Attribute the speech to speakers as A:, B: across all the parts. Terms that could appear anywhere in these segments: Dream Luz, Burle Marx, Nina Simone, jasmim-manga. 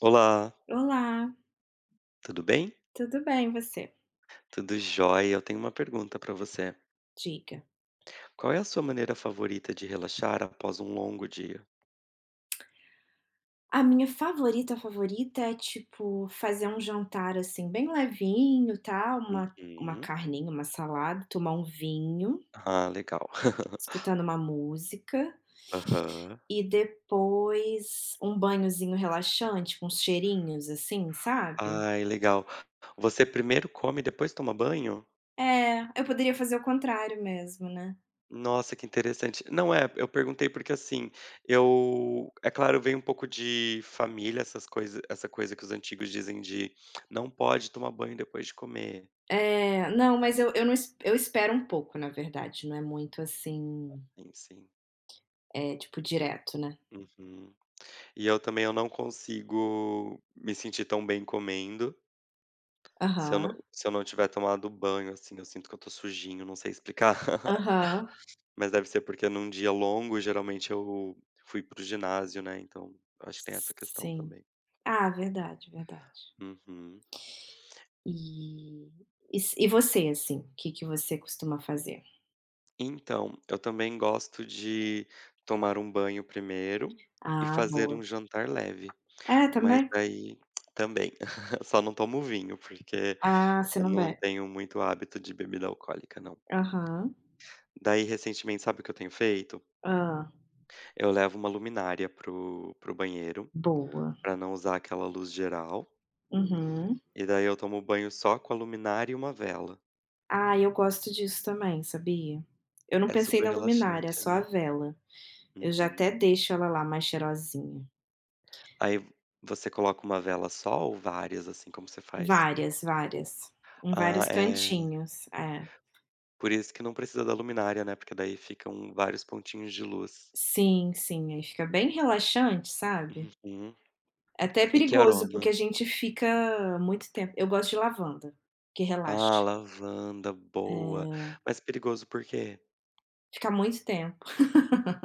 A: Olá,
B: Olá,
A: tudo bem?
B: tudo bem você?
A: Tudo jóia. Eu tenho uma pergunta para você.
B: Diga.
A: Qual é a sua maneira favorita de relaxar após um longo dia?
B: A minha favorita, favorita é, tipo, fazer um jantar, assim, bem levinho, tal, uma
A: Uhum.
B: carninha, uma salada, tomar um vinho,
A: Ah, legal.
B: escutando uma música
A: Aham.
B: e depois um banhozinho relaxante com uns cheirinhos, assim, sabe?
A: Ai, legal. Você primeiro come e depois toma banho?
B: É, eu poderia fazer o contrário mesmo, né.
A: Nossa, que interessante. Não é, eu perguntei porque assim, eu, é claro, vem um pouco de família, essas coisas, essa coisa que os antigos dizem de não pode tomar banho depois de comer.
B: É, não, mas eu não es eu espero um pouco, na verdade, não é muito assim,
A: Sim, sim.
B: é tipo, direto, né.
A: Uhum. E eu também eu não consigo me sentir tão bem comendo,
B: Aham,
A: se eu não tiver tomado banho, assim, eu sinto que eu tô sujinho, não sei explicar.
B: aham.
A: Mas deve ser porque num dia longo, geralmente eu fui para o ginásio, né, então acho que tem essa questão
B: Sim.
A: também.
B: Ah, verdade, verdade.
A: Uhum.
B: E e você, assim, o que que você costuma fazer?
A: Então, eu também gosto de tomar um banho primeiro e
B: Ah,
A: fazer
B: boa.
A: um jantar leve,
B: É,
A: mas
B: também?
A: aí também, só não tomo vinho, porque
B: Ah, você
A: eu
B: não
A: não
B: bebe.
A: tenho muito hábito de bebida alcoólica, não.
B: Aham.
A: Daí, recentemente, sabe o que eu tenho feito?
B: Hã.
A: Eu levo uma luminária pro banheiro,
B: Boa.
A: pra não usar aquela luz geral,
B: Uhum.
A: e daí eu tomo banho só com a luminária e uma vela.
B: Ah, eu gosto disso também, sabia? Eu não
A: É
B: pensei na
A: super
B: luminária, é
A: relaxante,
B: só a
A: né.
B: vela. Eu já
A: Uhum.
B: até deixo ela lá mais cheirosinha.
A: Aí você coloca uma vela só ou várias, assim, como você faz?
B: Várias, várias. Em
A: Ah,
B: vários
A: é.
B: cantinhos. É.
A: Por isso que não precisa da luminária, né, porque daí ficam vários pontinhos de luz.
B: Sim, sim, aí fica bem relaxante, sabe?
A: Uhum.
B: É até
A: E que
B: perigoso,
A: aroma?
B: porque a gente fica muito tempo eu gosto de lavanda, que relaxa.
A: Ah, lavanda, boa. Mas perigoso por quê?
B: Fica muito tempo.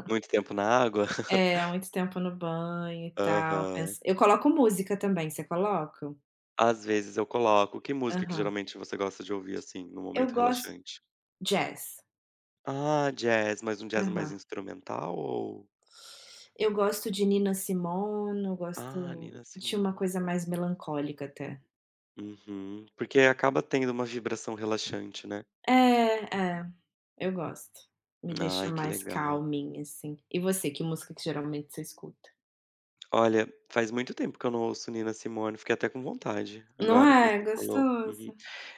A: Muito tempo na água?
B: É, há muito tempo no banho e tal,
A: Aham.
B: pensa eu coloco música também, você coloca?
A: Às vezes eu coloco. Que música que
B: Aham.
A: geralmente você gosta de ouvir, assim, no
B: Eu
A: momento
B: gosto
A: relaxante?
B: jazz.
A: Ah, jazz, mas um jazz mais
B: Aham.
A: instrumental ou...
B: Eu gosto de Nina Simone, eu
A: Ah,
B: gosto
A: Nina
B: de uma
A: Simone.
B: coisa mais melancólica até.
A: Uhum. Porque acaba tendo uma vibração relaxante, né.
B: É, é, eu gosto. Me deixa
A: Ai, que
B: mais
A: legal.
B: calminha, assim. E você, que música que geralmente você escuta?
A: Olha, faz muito tempo que eu não ouço Nina Simone, fiquei até com vontade
B: Não
A: agora que
B: é?
A: você falou.
B: Gostoso.
A: Uhum.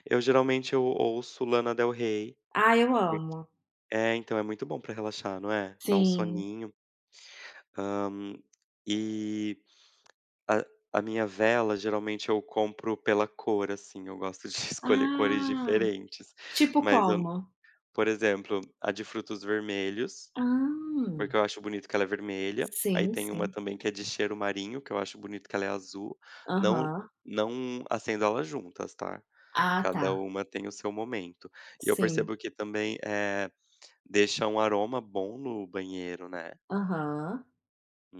A: Eu geralmente eu ouço Lana Del Rey.
B: Ah, eu amo.
A: É, então é muito bom pra relaxar, não é? Dá um
B: Sim.
A: soninho. Hã, e A a minha vela, geralmente, eu compro pela cor, assim, eu gosto de escolher cores
B: Ah,
A: diferentes.
B: tipo
A: Mas eu
B: como?
A: Por exemplo, a de frutos vermelhos,
B: Ah,
A: porque eu acho bonito que ela é vermelha. Aí
B: sim,
A: tem uma
B: sim.
A: também que é de cheiro marinho, que eu acho bonito que ela é azul. Não
B: Aham.
A: não acendo elas juntas, tá.
B: Ah, tá.
A: Cada uma tem o seu momento. E eu
B: Sim.
A: percebo que também, é, deixa um aroma bom no banheiro, né.
B: Aham.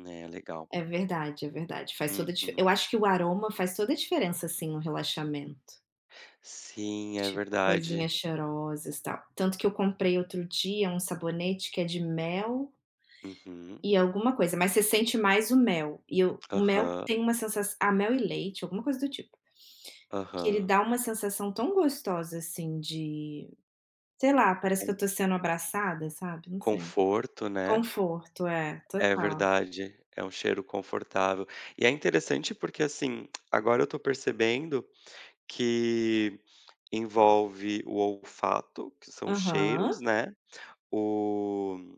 A: É, legal.
B: É verdade, é verdade. Faz toda a dife eu
A: Uhum.
B: acho que o aroma faz toda a diferença, assim, no relaxamento.
A: Sim, é
B: Tipo,
A: verdade.
B: coisinhas cheirosas, e tal. Tanto que eu comprei outro dia um sabonete que é de mel
A: Uhum.
B: e alguma coisa, mas você sente mais o mel, e eu o mel
A: Aham,
B: tem uma sensação ah, mel e leite, alguma coisa do tipo, que ele
A: aham.
B: dá uma sensação tão gostosa, assim, de sei lá, parece que
A: Com
B: eu tô sendo abraçada, sabe, não sei.
A: conforto, né.
B: Conforto, é,
A: É
B: total.
A: verdade, é um cheiro confortável. E é interessante porque, assim, agora eu tô percebendo que envolve o olfato, que são os
B: Aham.
A: cheiros, né, o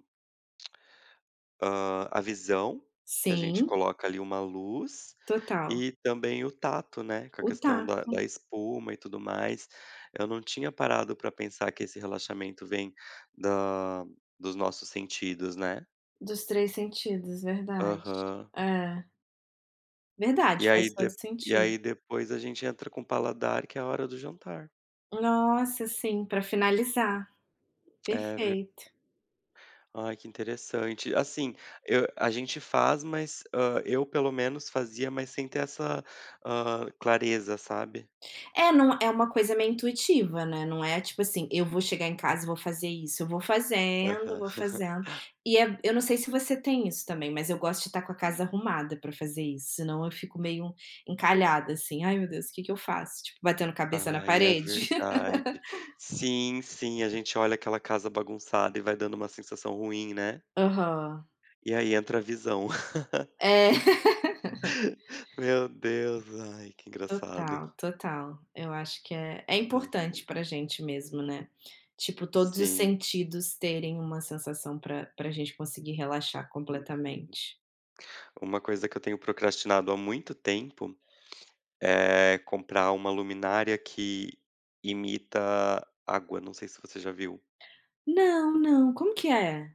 A: A visão, que a gente
B: Sim,
A: coloca ali uma luz,
B: total.
A: e também o tato, né, com a
B: O
A: questão
B: tato,
A: da espuma e tudo mais. Eu não tinha parado para pensar que esse relaxamento vem da dos nossos sentidos, né.
B: dos 3 sentidos, verdade.
A: Aham.
B: É, verdade,
A: E
B: faz
A: aí de
B: todo
A: e
B: sentido.
A: aí depois a gente entra com o paladar, que é a hora do jantar.
B: Nossa, sim, pra finalizar,
A: É verdade,
B: perfeito.
A: ai, que interessante. Assim, eu a gente faz, mas, eu pelo menos fazia, mas sem ter essa, clareza, sabe.
B: É, não é uma coisa meio intuitiva, né, não é tipo assim: "Eu vou chegar em casa e vou fazer isso", eu vou fazendo,
A: Aham.
B: vou fazendo. E é eu não sei se você tem isso também, mas eu gosto de estar com a casa arrumada para fazer isso, senão eu fico meio encalhada, assim: "Ai meu Deus, o que que eu faço?", tipo, batendo cabeça na
A: Ai, é
B: parede.
A: verdade. Sim, sim, a gente olha aquela casa bagunçada e vai dando uma sensação ruim, né.
B: Aham.
A: E aí entra a visão.
B: É.
A: Meu Deus, ai, que engraçado.
B: Total, total. Eu acho que é
A: Uhum.
B: importante pra gente mesmo, né. Tipo, todos os
A: Sim,
B: sentidos terem uma sensação pra gente conseguir relaxar
A: uhum.
B: completamente.
A: Uma coisa que eu tenho procrastinado há muito tempo é comprar uma luminária que imita água, não sei se você já viu.
B: Não, não, como que é?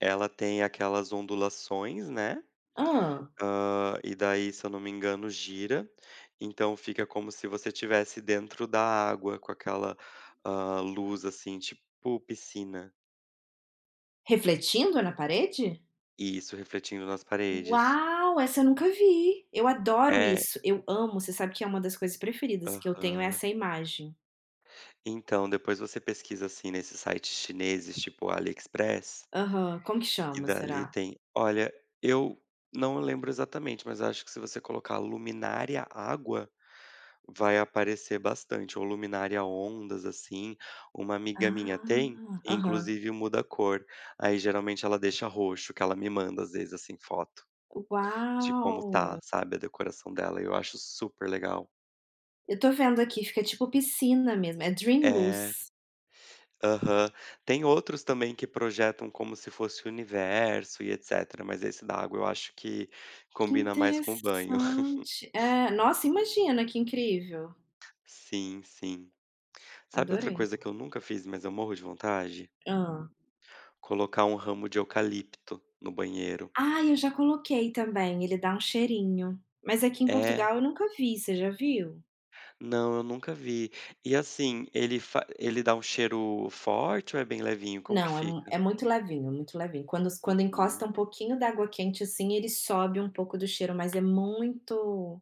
A: Ela tem aquelas ondulações, né.
B: Ah,
A: E daí, se eu não me engano, gira, então fica como se você estivesse dentro da água com aquela, luz, assim, tipo piscina.
B: refletindo na parede?
A: Isso, refletindo nas paredes.
B: Uau, essa eu nunca vi. Eu adoro
A: É,
B: isso, eu amo, você sabe que é uma das coisas preferidas que eu tenho é
A: aham.
B: essa imagem.
A: Então, depois você pesquisa, assim, nesses sites chineses, tipo AliExpress,
B: Aham. Como que
A: e
B: chama,
A: dali
B: será?
A: tem... olha, eu não lembro exatamente, mas acho que se você colocar luminária água, vai aparecer bastante, ou luminária a ondas, assim. Uma amiga minha tem,
B: Ah, aham.
A: inclusive muda a cor. Aí geralmente ela deixa roxo, que ela me manda às vezes, assim, foto de como
B: Uau!
A: tá, sabe, a decoração dela, e eu acho super legal.
B: Eu tô vendo aqui, fica tipo piscina mesmo, é Dream
A: É,
B: Luz.
A: aham. Tem outros também que projetam como se fosse o universo e etcétera, mas esse da água eu acho que
B: Que
A: combina mais com o banho.
B: interessante. É, nossa, imagina que incrível.
A: Sim, sim. Sabe outra
B: Adorei.
A: coisa que eu nunca fiz, mas eu morro de vontade?
B: Ah.
A: Colocar um ramo de eucalipto no banheiro.
B: Ah, eu já coloquei também, ele dá um cheirinho. Mas aqui em
A: É.
B: Portugal eu nunca vi, você já viu?
A: Não, eu nunca vi. E assim, ele dá um cheiro forte ou é bem levinho? Como que
B: Não, é mu
A: fica?
B: é muito levinho, muito levinho. Quando
A: Uhum.
B: encosta um pouquinho da água quente, assim, ele sobe um pouco do cheiro, mas é muito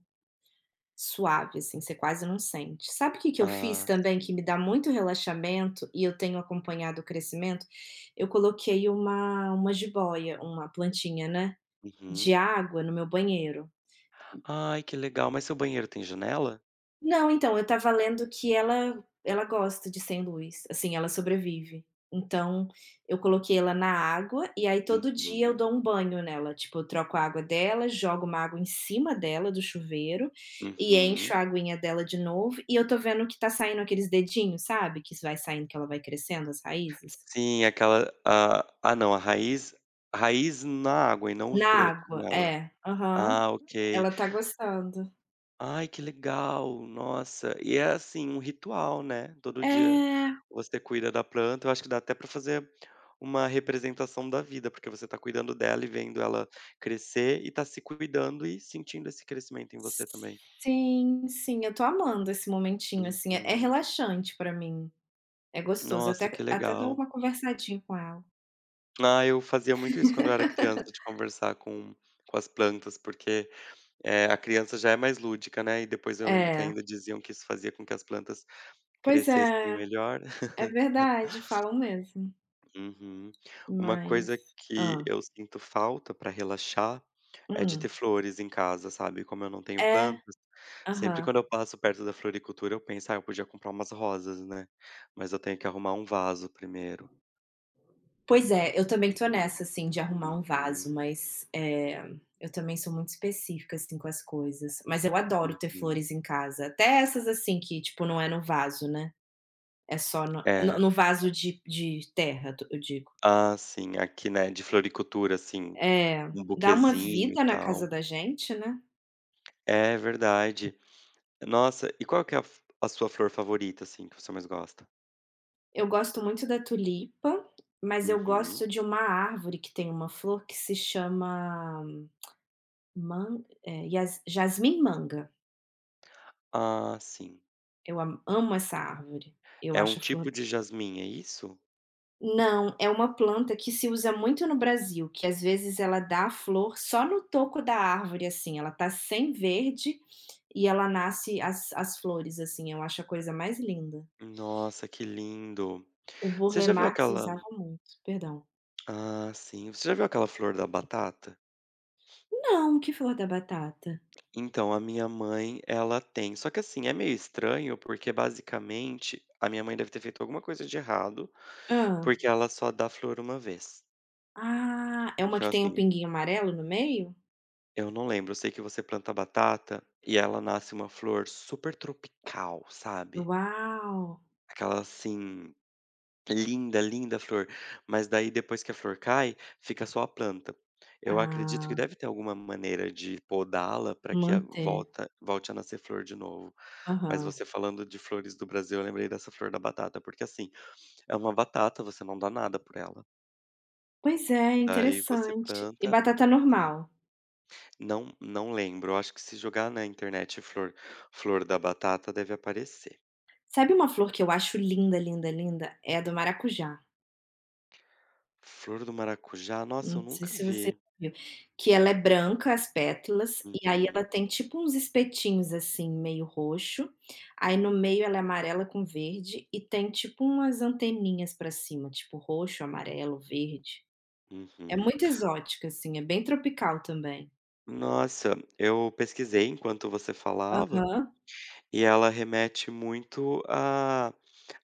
B: suave, assim, você quase não sente. Sabe o que que eu fiz
A: Ah,
B: também que
A: sim.
B: me dá muito relaxamento e eu tenho acompanhado o crescimento? Eu coloquei uma jiboia, uma plantinha, né, de
A: Uhum.
B: água no meu banheiro.
A: Ai, que legal. Mas seu banheiro tem janela?
B: Não, então, eu estava lendo que ela gosta de sem luz, assim, ela sobrevive. Então, eu coloquei ela na água e aí todo dia eu
A: Uhum.
B: dou um banho nela, tipo, eu troco a água dela, jogo uma água em cima dela do chuveiro e
A: Uhum.
B: encho a aguinha dela de novo e eu tô vendo que tá saindo aqueles dedinhos, sabe, que vai saindo, que ela vai crescendo as raízes?
A: Sim, aquela... não, a raiz, raiz na água e não os
B: Na
A: brotos
B: água,
A: nela.
B: é. Aham.
A: Ah, ok.
B: Ela tá gostando.
A: Ai, que legal, nossa. E é, assim, um ritual, né, todo dia
B: É.
A: você cuida da planta, eu acho que dá até pra fazer uma representação da vida, porque você tá cuidando dela e vendo ela crescer e tá se cuidando e sentindo esse crescimento em você também.
B: Sim, sim, eu tô amando esse momentinho, assim, é
A: Uhum.
B: relaxante pra mim, é gostoso, eu
A: Nossa, que
B: até dou
A: legal.
B: uma conversadinha com ela.
A: Ah, eu fazia muito isso quando eu era criança, de conversar com as plantas, porque, a criança já é mais lúdica, né, e depois eu lembro que
B: É,
A: ainda diziam que isso fazia com que as plantas
B: pois
A: crescessem
B: é,
A: melhor.
B: é verdade, falam mesmo,
A: Uhum. Uma
B: mas
A: coisa que eu sinto falta pra relaxar é de ter
B: hum,
A: flores em casa, sabe. Como eu não tenho
B: é,
A: plantas, sempre
B: aham.
A: quando eu passo perto da floricultura eu penso: "Ah, eu podia comprar umas rosas, né". Mas eu tenho que arrumar um vaso primeiro.
B: Pois é, eu também tô nessa, assim, de arrumar um vaso,
A: Uhum,
B: mas, eu também sou muito específica, assim, com as coisas, mas eu adoro ter
A: uhum.
B: flores em casa, até essas, assim, que, tipo, não é no vaso, né. É só no no
A: É.
B: no vaso de terra, to eu digo.
A: Ah, sim, aqui, né, de floricultura, assim,
B: É,
A: um
B: dá uma
A: buquezinho e
B: vida na
A: tal.
B: casa da gente, né.
A: É verdade. Nossa, e qual que é a sua flor favorita, assim, que você mais gosta?
B: Eu gosto muito da tulipa, mas eu
A: Uhum.
B: gosto de uma árvore que tem uma flor que se chama man eh, Yas jasmim-manga.
A: Ah, sim.
B: Eu am amo essa árvore. Eu
A: É um
B: acho a flor
A: tipo de jasmim, é isso?
B: não, é uma planta que se usa muito no Brasil, que às vezes ela dá a flor só no toco da árvore, assim, ela tá sem verde e ela nasce as as flores, assim, eu acho a coisa mais linda.
A: Nossa, que lindo.
B: O
A: Você
B: Burle
A: já viu
B: Marx
A: aquela
B: usava muito. Perdão.
A: ah, sim. Você já viu aquela flor da batata?
B: Não, que flor da batata?
A: Então, a minha mãe, ela tem. Só que, assim, é meio estranho, porque basicamente a minha mãe deve ter feito alguma coisa de errado,
B: Ah,
A: porque ela só dá flor uma vez.
B: ah, é uma
A: Então,
B: que tem o
A: assim,
B: pinguinho amarelo no meio?
A: eu não lembro. Eu sei que você planta batata e ela nasce uma flor super tropical, sabe?
B: Uau!
A: Aquela assim... linda, linda a flor, mas daí depois que a flor cai, fica só a planta. Eu acredito que
B: Ah,
A: deve ter alguma maneira de podá-la para que a
B: manter.
A: volta volte a nascer flor de novo. Mas
B: Aham.
A: você falando de flores do Brasil, eu lembrei dessa flor da batata, porque assim, é uma batata, você não dá nada por ela.
B: Pois é,
A: Daí você
B: interessante. E
A: planta
B: batata
A: É.
B: normal?
A: Não lembro, eu acho que se jogar na internet flor, flor da batata deve aparecer.
B: Sabe uma flor que eu acho linda, linda, linda? É a do maracujá,
A: Flor do maracujá, nossa, eu
B: não sei
A: nunca
B: se você
A: vi.
B: já viu, que ela é branca, as pétalas, e aí ela
A: Uhum,
B: tem tipo uns espetinhos, assim, meio roxo, aí no meio ela é amarela com verde e tem tipo umas anteninhas pra cima, tipo roxo, amarelo, verde. É
A: uhum.
B: muito exótica, assim, é bem tropical também.
A: Nossa, eu pesquisei enquanto você falava,
B: Aham.
A: e ela remete muito a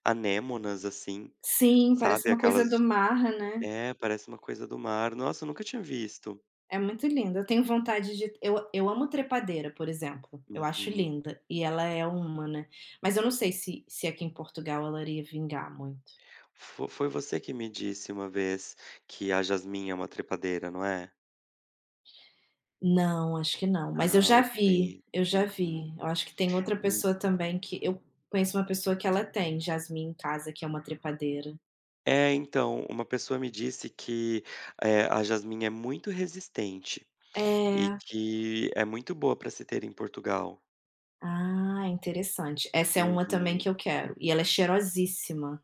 A: anêmonas, assim,
B: Sim, parece
A: sabe,
B: uma coisa do
A: aquelas...
B: mar, né.
A: é, parece uma coisa do mar. Nossa, eu nunca tinha visto.
B: É muito linda. Eu tenho vontade de eu amo trepadeira, por exemplo, eu acho
A: Uhum.
B: linda, e ela é uma, né. Mas eu não sei se aqui em Portugal ela iria vingar muito.
A: Fo Foi você que me disse uma vez que a jasmim é uma trepadeira, não é?
B: Não, acho que não, mas eu
A: Ah,
B: já
A: ok.
B: vi, eu já
A: Uhum.
B: vi. Eu acho que tem outra
A: Hum,
B: pessoa também que eu conheço uma pessoa que ela tem jasmim em casa, que é uma trepadeira.
A: é, então, uma pessoa me disse que, a jasmim é muito resistente e
B: É.
A: que é muito boa para se ter em Portugal.
B: Ah, interessante. Essa é uma também
A: Uhum.
B: que eu quero, e ela é cheirosíssima.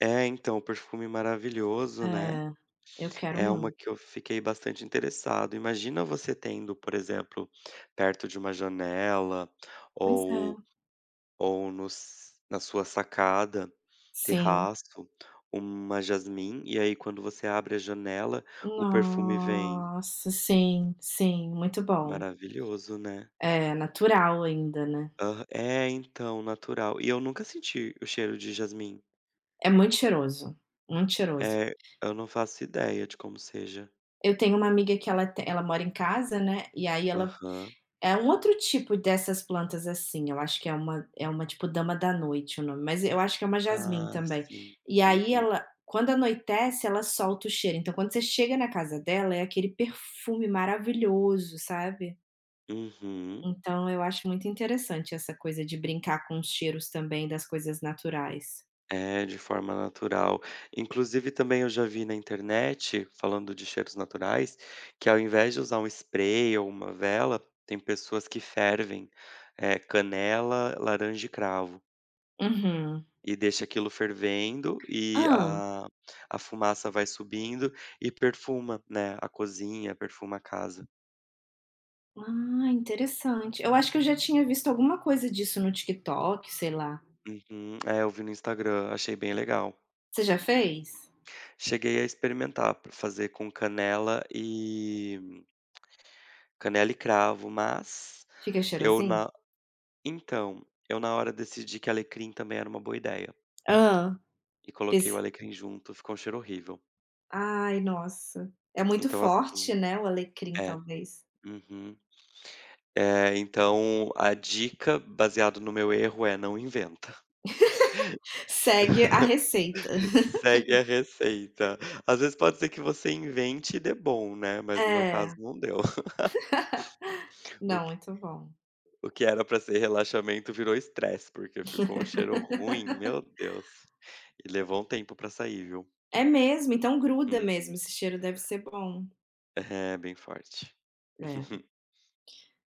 A: É, então, perfume maravilhoso, né.
B: É, eu quero
A: É uma
B: muito.
A: que eu fiquei bastante interessado. Imagina você tendo, por exemplo, perto de uma janela
B: Pois é,
A: ou ou nos na sua sacada,
B: sim.
A: terraço, uma jasmim, e aí quando você abre a janela, o perfume vem.
B: Nossa, sim, sim, muito bom.
A: Maravilhoso, né.
B: É, natural ainda, né.
A: Aham. É, então, natural. E eu nunca senti o cheiro de jasmim.
B: É muito cheiroso, muito cheiroso.
A: É, eu não faço ideia de como seja.
B: Eu tenho uma amiga que ela mora em casa, né, e aí ela
A: Aham.
B: é um outro tipo dessas plantas, assim, eu acho que é uma tipo dama da noite o nome, mas eu acho que é uma jasmim
A: Ah,
B: também.
A: sim.
B: E aí
A: Uhum.
B: ela quando anoitece, ela solta o cheiro, então quando você chega na casa dela, é aquele perfume maravilhoso, sabe?
A: Uhum.
B: Então eu acho muito interessante essa coisa de brincar com os cheiros também das coisas naturais.
A: É, de forma natural. Inclusive, também eu já vi na internet, falando de cheiros naturais, que ao invés de usar um spray ou uma vela, tem pessoas que fervem, canela, laranja e cravo.
B: Uhum.
A: E deixa aquilo fervendo e
B: Hã.
A: a fumaça vai subindo e perfuma, né? A cozinha, perfuma a casa.
B: Ah, interessante. Eu acho que eu já tinha visto alguma coisa disso no TikTok, sei lá.
A: Uhum. É, eu vi no Instagram, achei bem legal.
B: Você já fez?
A: Cheguei a experimentar pra fazer com canela e... canela e cravo, mas
B: Fica
A: eu
B: cheirosinho?
A: na então, eu na hora decidi que alecrim também era uma boa ideia,
B: Hã.
A: e coloquei
B: Fiz
A: o alecrim junto, ficou um cheiro horrível.
B: ai, nossa. É muito
A: Então
B: forte,
A: assim...
B: né, o alecrim
A: é,
B: talvez.
A: uhum. Então a dica, baseado no meu erro, é: não inventa.
B: Segue a receita.
A: Segue a receita. Às vezes pode ser que você invente e dê bom, né, mas no meu caso
B: É.
A: não deu. O
B: Não,
A: que
B: muito bom.
A: o que era pra ser relaxamento virou estresse, porque ficou um cheiro ruim, meu Deus. E levou um tempo pra sair, viu.
B: É mesmo, então gruda mesmo,
A: Uhum.
B: esse cheiro deve ser bom.
A: É, bem forte.
B: É.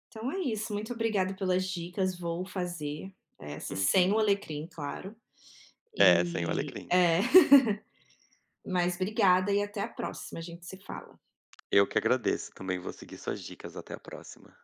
B: Então é isso, muito obrigada pelas dicas, vou fazer essa, sem o
A: Uhum.
B: alecrim, claro.
A: É, sem o
B: E
A: alecrim.
B: é. Mas obrigada e até a próxima, a gente se fala.
A: Eu que agradeço, também vou seguir suas dicas, até a próxima.